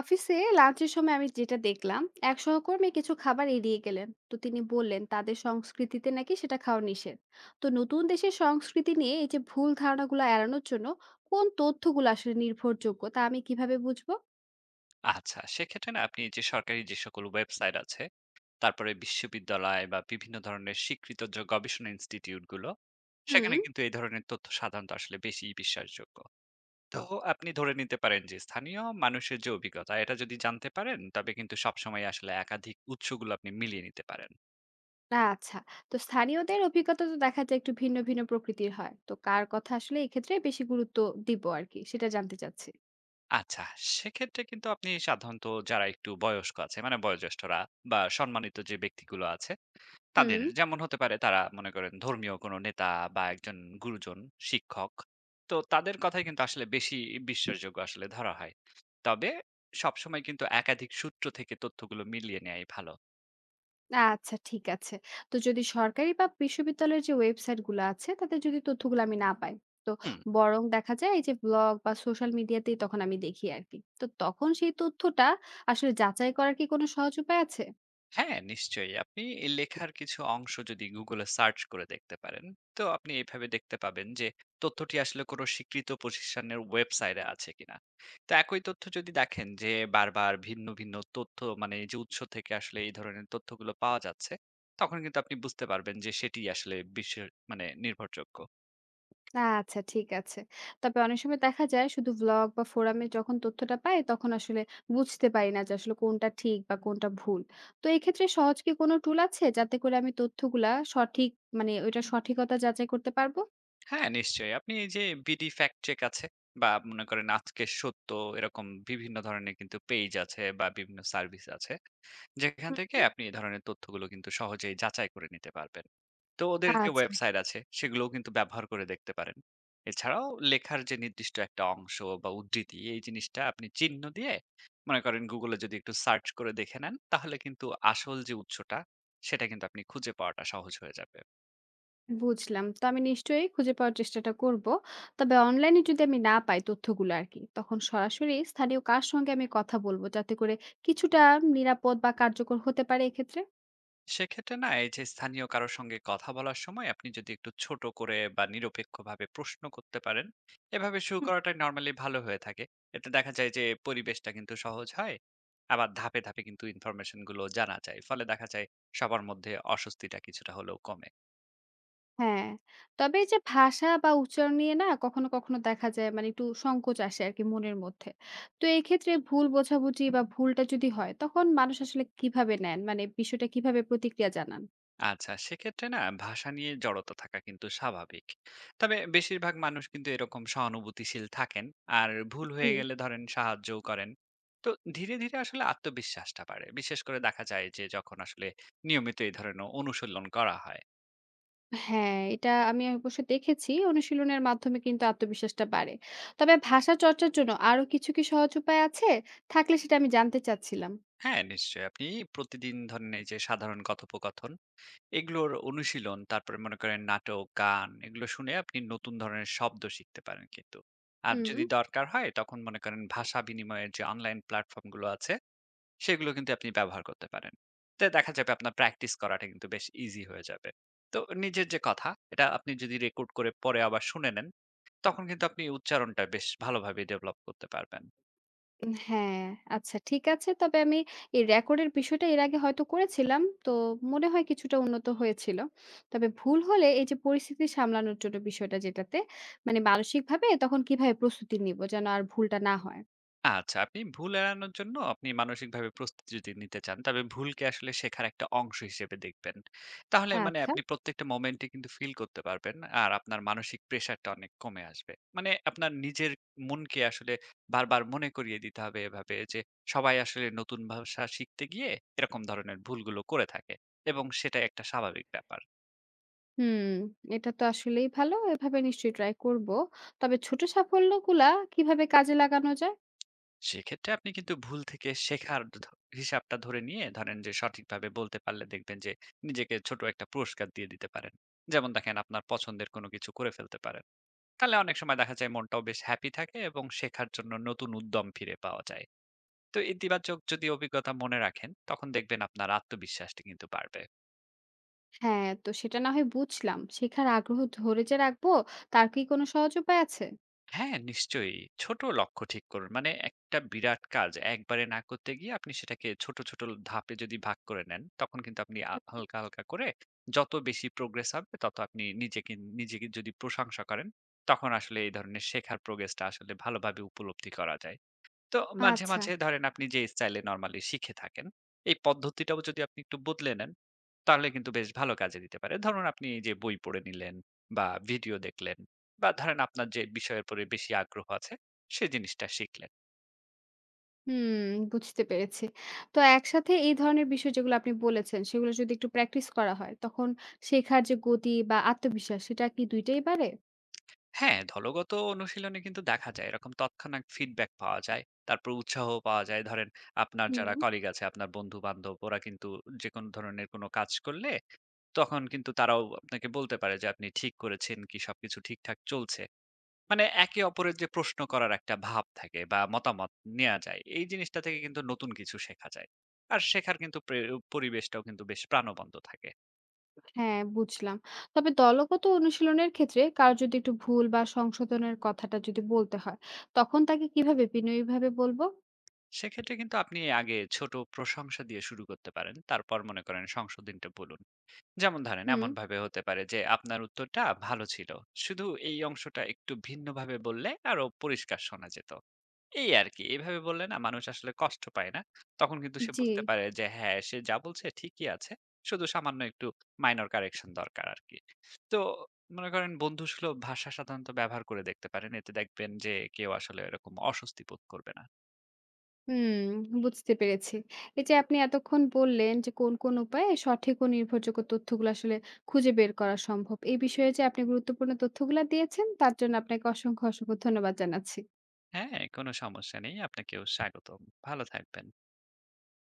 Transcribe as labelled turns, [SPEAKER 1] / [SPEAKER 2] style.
[SPEAKER 1] অফিসে লাঞ্চের সময় আমি যেটা দেখলাম, এক সহকর্মী কিছু খাবার এড়িয়ে গেলেন। তো তিনি বললেন তাদের সংস্কৃতিতে নাকি সেটা খাওয়া নিষেধ। তো নতুন দেশের সংস্কৃতি নিয়ে এই যে ভুল ধারণাগুলো এড়ানোর জন্য কোন তথ্যগুলো আসলে নির্ভরযোগ্য তা আমি কিভাবে বুঝবো?
[SPEAKER 2] আচ্ছা, সেক্ষেত্রে না আপনি যে সরকারি যে সকল ওয়েবসাইট আছে, তারপরে বিশ্ববিদ্যালয় বা বিভিন্ন ধরনের স্বীকৃত যে গবেষণা ইনস্টিটিউট গুলো, সেখানে
[SPEAKER 1] হুম।
[SPEAKER 2] কিন্তু এই ধরনের তথ্য সাধারণত আসলে বেশি বিশ্বাসযোগ্য। তো আপনি ধরে নিতে পারেন যে স্থানীয় মানুষের যে অভিজ্ঞতা, এটা যদি জানতে পারেন, তবে কিন্তু সবসময় আসলে একাধিক উৎসগুলো আপনি মিলিয়ে নিতে পারেন।
[SPEAKER 1] আচ্ছা, তো স্থানীয়দের অভিজ্ঞতা তো দেখা যায় একটু ভিন্ন ভিন্ন প্রকৃতির হয়, তো কার কথা আসলে এক্ষেত্রে বেশি গুরুত্ব দিব আর কি সেটা জানতে চাচ্ছি।
[SPEAKER 2] আচ্ছা, সেক্ষেত্রে কিন্তু আপনি সাধারণত যারা একটু বয়স্ক আছে, মানে বয়োজ্যেষ্ঠরা বা সম্মানিত যে ব্যক্তিগুলো আছে তাদের
[SPEAKER 1] হুম।
[SPEAKER 2] যেমন হতে পারে তারা মনে করেন ধর্মীয় কোনো নেতা বা একজন গুরুজন, শিক্ষক। তো তাদের কথাই কিন্তু আসলে বেশি বিশ্বাসযোগ্য আসলে ধরা হয়। তবে সবসময় কিন্তু একাধিক সূত্র থেকে তথ্যগুলো মিলিয়ে নেয়াই ভালো।
[SPEAKER 1] আচ্ছা ঠিক আছে। তো যদি সরকারি বা বিশ্ববিদ্যালয়ের যে ওয়েবসাইটগুলো আছে, তাতে যদি তথ্যগুলো আমি না পাই, তো
[SPEAKER 2] হুম।
[SPEAKER 1] বরং দেখা যায় এই যে ব্লগ বা সোশ্যাল মিডিয়াতেই তখন আমি দেখি আরকি। তো তখন সেই তথ্যটা আসলে যাচাই করার কি কোনো সহজ উপায় আছে?
[SPEAKER 2] হ্যাঁ নিশ্চয়ই আপনি এই লেখার কিছু অংশ যদি গুগলে সার্চ করে দেখতে পারেন তো আপনি এইভাবে দেখতে পাবেন যে তথ্যটি আসলে কোনো স্বীকৃত প্রতিষ্ঠানের ওয়েবসাইটে আছে কিনা তো একই তথ্য যদি দেখেন যে বারবার ভিন্ন ভিন্ন তথ্য মানে এই যে উৎস থেকে আসলে এই ধরনের তথ্যগুলো পাওয়া যাচ্ছে তখন কিন্তু আপনি বুঝতে পারবেন যে সেটি আসলে বিশ্বের মানে নির্ভরযোগ্য।
[SPEAKER 1] আচ্ছা ঠিক আছে। তবে অনেক সময় দেখা যায় শুধু ব্লগ বা ফোরামে যখন তথ্যটা পাই, তখন আসলে বুঝতে পারি না যে আসলে কোনটা ঠিক বা কোনটা ভুল। তো এক্ষেত্রে সহজ কি কোনো টুল আছে যাতে করে আমি তথ্যগুলা সঠিক মানে ওইটার সঠিকতা যাচাই করতে পারবো?
[SPEAKER 2] হ্যাঁ, নিশ্চয়ই। আপনি এই যে বিডি ফ্যাক্ট চেক আছে বা মনে করেন আজকের সত্য এরকম বিভিন্ন ধরনের কিন্তু পেজ আছে বা বিভিন্ন সার্ভিস আছে। যেখান থেকে
[SPEAKER 1] হুম।
[SPEAKER 2] আপনি এই ধরনের তথ্যগুলো কিন্তু সহজেই যাচাই করে নিতে পারবেন। তো ওদের যে
[SPEAKER 1] আচ্ছা।
[SPEAKER 2] ওয়েবসাইট আছে সেগুলোও কিন্তু ব্যবহার করে দেখতে পারেন। এছাড়াও লেখার যে নির্দিষ্ট একটা অংশ বা উদ্ধৃতি এই জিনিসটা আপনি চিহ্ন দিয়ে মনে করেন Google এ যদি একটু সার্চ করে দেখে নেন তাহলে কিন্তু আসল যে উৎসটা সেটা কিন্তু আপনি খুঁজে পাওয়াটা সহজ হয়ে যাবে।
[SPEAKER 1] বুঝলাম। তো আমি নিশ্চয়ই খুঁজে পাওয়ার চেষ্টাটা করব। তবে অনলাইনে যদি আমি না পাই তথ্যগুলো আরকি, তখন সরাসরি স্থানীয় কার সঙ্গে আমি কথা বলব যাতে করে কিছুটা নিরাপদ বা কার্যকর হতে পারে এক্ষেত্রে?
[SPEAKER 2] সেক্ষেত্রে না এই যে স্থানীয় কারোর সঙ্গে কথা বলার সময় আপনি যদি একটু ছোট করে বা নিরপেক্ষভাবে প্রশ্ন করতে পারেন এভাবে শুরু
[SPEAKER 1] হুম।
[SPEAKER 2] করাটাই নর্মালি ভালো হয়ে থাকে। এতে দেখা যায় যে পরিবেশটা কিন্তু সহজ হয়, আবার ধাপে ধাপে কিন্তু ইনফরমেশন গুলো জানা যায়, ফলে দেখা যায় সবার মধ্যে অস্বস্তিটা কিছুটা হলেও কমে।
[SPEAKER 1] হ্যাঁ, তবে এই যে ভাষা বা উচ্চারণ নিয়ে না কখনো, কখনো দেখা যায় মানে একটু সংকোচ আসে আরকি মনের মধ্যে। তো এক্ষেত্রে ভুল বোঝাবুঝি বা ভুলটা যদি হয়, তখন মানুষ আসলে কিভাবে নেন? মানে বিষয়টা কিভাবে প্রতিক্রিয়া জানান?
[SPEAKER 2] আচ্ছা সেক্ষেত্রে না ভাষা নিয়ে জড়তা থাকা কিন্তু স্বাভাবিক। তবে বেশিরভাগ মানুষ কিন্তু এরকম সহানুভূতিশীল থাকেন, আর ভুল হয়ে
[SPEAKER 1] জি।
[SPEAKER 2] গেলে ধরেন সাহায্যও করেন। তো ধীরে ধীরে আসলে আত্মবিশ্বাসটা বাড়ে, বিশেষ করে দেখা যায় যে যখন আসলে নিয়মিত এই ধরনের অনুশীলন করা হয়।
[SPEAKER 1] হ্যাঁ, এটা আমি অবশ্য দেখেছি। অনুশীলনের মাধ্যমে কিন্তু আত্মবিশ্বাসটা বাড়ে। তবে ভাষা চর্চার জন্য আরো কিছু কি সহজ উপায় আছে? থাকলে সেটা আমি জানতে চাচ্ছিলাম।
[SPEAKER 2] হ্যাঁ নিশ্চয়ই আপনি প্রতিদিন ধরেন এই যে সাধারণ কথোপকথন এগুলোর অনুশীলন, তারপরে মনে করেন নাটক, গান এগুলো শুনে আপনি নতুন ধরনের শব্দ শিখতে পারেন কিন্তু। আর
[SPEAKER 1] হুম।
[SPEAKER 2] যদি দরকার হয় তখন মনে করেন ভাষা বিনিময়ের যে অনলাইন প্ল্যাটফর্ম গুলো আছে সেগুলো কিন্তু আপনি ব্যবহার করতে পারেন। তো দেখা যাবে আপনার প্র্যাকটিস করাটা কিন্তু বেশ ইজি হয়ে যাবে। তো নিজের যে কথা এটা আপনি যদি রেকর্ড করে পরে আবার শুনে নেন, তখন কিন্তু আপনি উচ্চারণটা বেশ ভালোভাবে ডেভেলপ করতে পারবেন।
[SPEAKER 1] হ্যাঁ, আচ্ছা ঠিক আছে। তবে আমি এই রেকর্ডের বিষয়টা এর আগে হয়তো করেছিলাম। তো মনে হয় কিছুটা উন্নত হয়েছিল। তবে ভুল হলে এই যে পরিস্থিতি সামলানোর জন্য বিষয়টা যেটাতে মানে মানসিকভাবে তখন কিভাবে প্রস্তুতি নিব যেন আর ভুলটা না হয়?
[SPEAKER 2] আচ্ছা, আপনি ভুল এড়ানোর জন্য আপনি মানসিকভাবে প্রস্তুতি যদি নিতে চান, তবে ভুলকে আসলে শেখার একটা অংশ হিসেবে দেখবেন। তাহলে মানে
[SPEAKER 1] আচ্ছা।
[SPEAKER 2] আপনি প্রত্যেকটা মোমেন্টে কিন্তু ফিল করতে পারবেন। আর আপনার মানসিক প্রেশারটা অনেক কমে আসবে। মানে আপনার নিজের মনকে আসলে বারবার মনে করিয়ে দিতে হবে এভাবে যে, সবাই আসলে নতুন ভাষা শিখতে গিয়ে এরকম ধরনের ভুলগুলো করে থাকে এবং সেটাই একটা স্বাভাবিক ব্যাপার।
[SPEAKER 1] হুম, এটা তো আসলেই ভালো। এভাবে নিশ্চয়ই ট্রাই করব। তবে ছোট সাফল্যগুলা কিভাবে কাজে লাগানো যায়?
[SPEAKER 2] সেক্ষেত্রে আপনি কিন্তু ভুল থেকে শেখার হিসাবটা ধরে নিয়ে ধরেন যে সঠিকভাবে বলতে পারলে দেখবেন যে নিজেকে ছোট একটা পুরস্কার দিয়ে দিতে পারেন, যেমন দেখেন আপনার পছন্দের কোনো কিছু করে ফেলতে পারেন। তাহলে অনেক সময় দেখা যায় মনটাও বেশ হ্যাপি থাকে এবং শেখার জন্য নতুন উদ্যম ফিরে পাওয়া যায়। তো ইতিবাচক যদি অভিজ্ঞতা মনে রাখেন তখন দেখবেন আপনার আত্মবিশ্বাসটা কিন্তু বাড়বে।
[SPEAKER 1] হ্যাঁ, তো সেটা না হয় বুঝলাম। শেখার আগ্রহ ধরে যে রাখবো, তার কি কোনো সহজ উপায় আছে?
[SPEAKER 2] হ্যাঁ, নিশ্চয়ই। ছোট লক্ষ্য ঠিক করুন। মানে একটা বিরাট কাজ একবারে না করতে গিয়ে আপনি সেটাকে ছোট, ছোট ধাপে যদি ভাগ করে নেন, তখন কিন্তু আপনি হালকা, হালকা করে যত বেশি প্রোগ্রেস হবে তত আপনি নিজেকে নিজেকে যদি প্রশংসা করেন, তখন আসলে এই ধরনের শেখার প্রোগ্রেসটা আসলে ভালোভাবে উপলব্ধি করা যায়। তো মাঝে,
[SPEAKER 1] আচ্ছা।
[SPEAKER 2] মাঝে ধরেন আপনি যে স্টাইলে নরমালি শিখে থাকেন, এই পদ্ধতিটাও যদি আপনি একটু বদলে নেন, তাহলে কিন্তু বেশ ভালো কাজে দিতে পারে। ধরুন আপনি এই যে বই পড়ে নিলেন বা ভিডিও দেখলেন বা ধরেন আপনার যে বিষয়ের উপরে বেশি আগ্রহ আছে, সে জিনিসটা শিখলেন।
[SPEAKER 1] হুম, বুঝতে পেরেছি। তো একসাথে এই ধরনের বিষয় যেগুলো আপনি বলেছেন, সেগুলো যদি একটু প্র্যাকটিস করা হয়, তখন শেখার যে গতি বা আত্মবিশ্বাস, সেটা কি ২ টাই বাড়ে?
[SPEAKER 2] হ্যাঁ, দলগত অনুশীলনে কিন্তু দেখা যায় এরকম তৎক্ষণাৎ ফিডব্যাক পাওয়া যায়। তারপর উৎসাহ পাওয়া যায়। ধরেন আপনার
[SPEAKER 1] হুম।
[SPEAKER 2] যারা কলিগ আছে, আপনার বন্ধু-বান্ধব ওরা কিন্তু যেকোনো ধরনের কোনো কাজ করলে তখন কিন্তু তারাও আপনাকে বলতে পারে যে আপনি ঠিক করেছেন কি সবকিছু ঠিকঠাক চলছে। মানে একে অপরের যে প্রশ্ন করার একটা ভাব থাকে বা মতামত নেওয়া যায়, এই জিনিসটা থেকে কিন্তু নতুন কিছু শেখা যায়। আর শেখার কিন্তু পরিবেশটাও কিন্তু বেশ প্রাণবন্ত থাকে।
[SPEAKER 1] হ্যাঁ, বুঝলাম। তবে দলগত অনুশীলনের ক্ষেত্রে কারো যদি একটু ভুল বা সংশোধনের কথাটা যদি বলতে হয়, তখন তাকে কিভাবে বিনয়ীভাবে বলবো?
[SPEAKER 2] সেক্ষেত্রে কিন্তু আপনি আগে ছোট প্রশংসা দিয়ে শুরু করতে পারেন, তারপর মনে করেন সংশোধনটা বলুন। যেমন ধরেন
[SPEAKER 1] হুম,
[SPEAKER 2] এমন ভাবে হতে পারে যে আপনার উত্তরটা ভালো ছিল, শুধু এই অংশটা একটু ভিন্নভাবে বললে আরো পরিষ্কার শোনা যেত, এই আরকি। এভাবে বললে না মানুষ আসলে কষ্ট পায় না। তখন কিন্তু সে
[SPEAKER 1] জি।
[SPEAKER 2] বুঝতে পারে যে হ্যাঁ, সে যা বলছে ঠিকই আছে। শুধু সামান্য একটু মাইনর কারেকশন দরকার আরকি। তো মনে করেন বন্ধুসুলভ ভাষা সাধারণত ব্যবহার করে দেখতে পারেন। এতে দেখবেন যে কেউ আসলে এরকম অস্বস্তি বোধ করবে না।
[SPEAKER 1] হুম, বুঝতে পেরেছি। এই যে আপনি এতক্ষণ বললেন যে কোন, কোন উপায়ে সঠিক ও নির্ভরযোগ্য তথ্যগুলো আসলে খুঁজে বের করা সম্ভব। এই বিষয়ে যে আপনি গুরুত্বপূর্ণ তথ্যগুলা দিয়েছেন, তার জন্য আপনাকে অসংখ্য, অসংখ্য ধন্যবাদ জানাচ্ছি।
[SPEAKER 2] হ্যাঁ, কোনো সমস্যা নেই। আপনাকেও স্বাগতম। ভালো থাকবেন।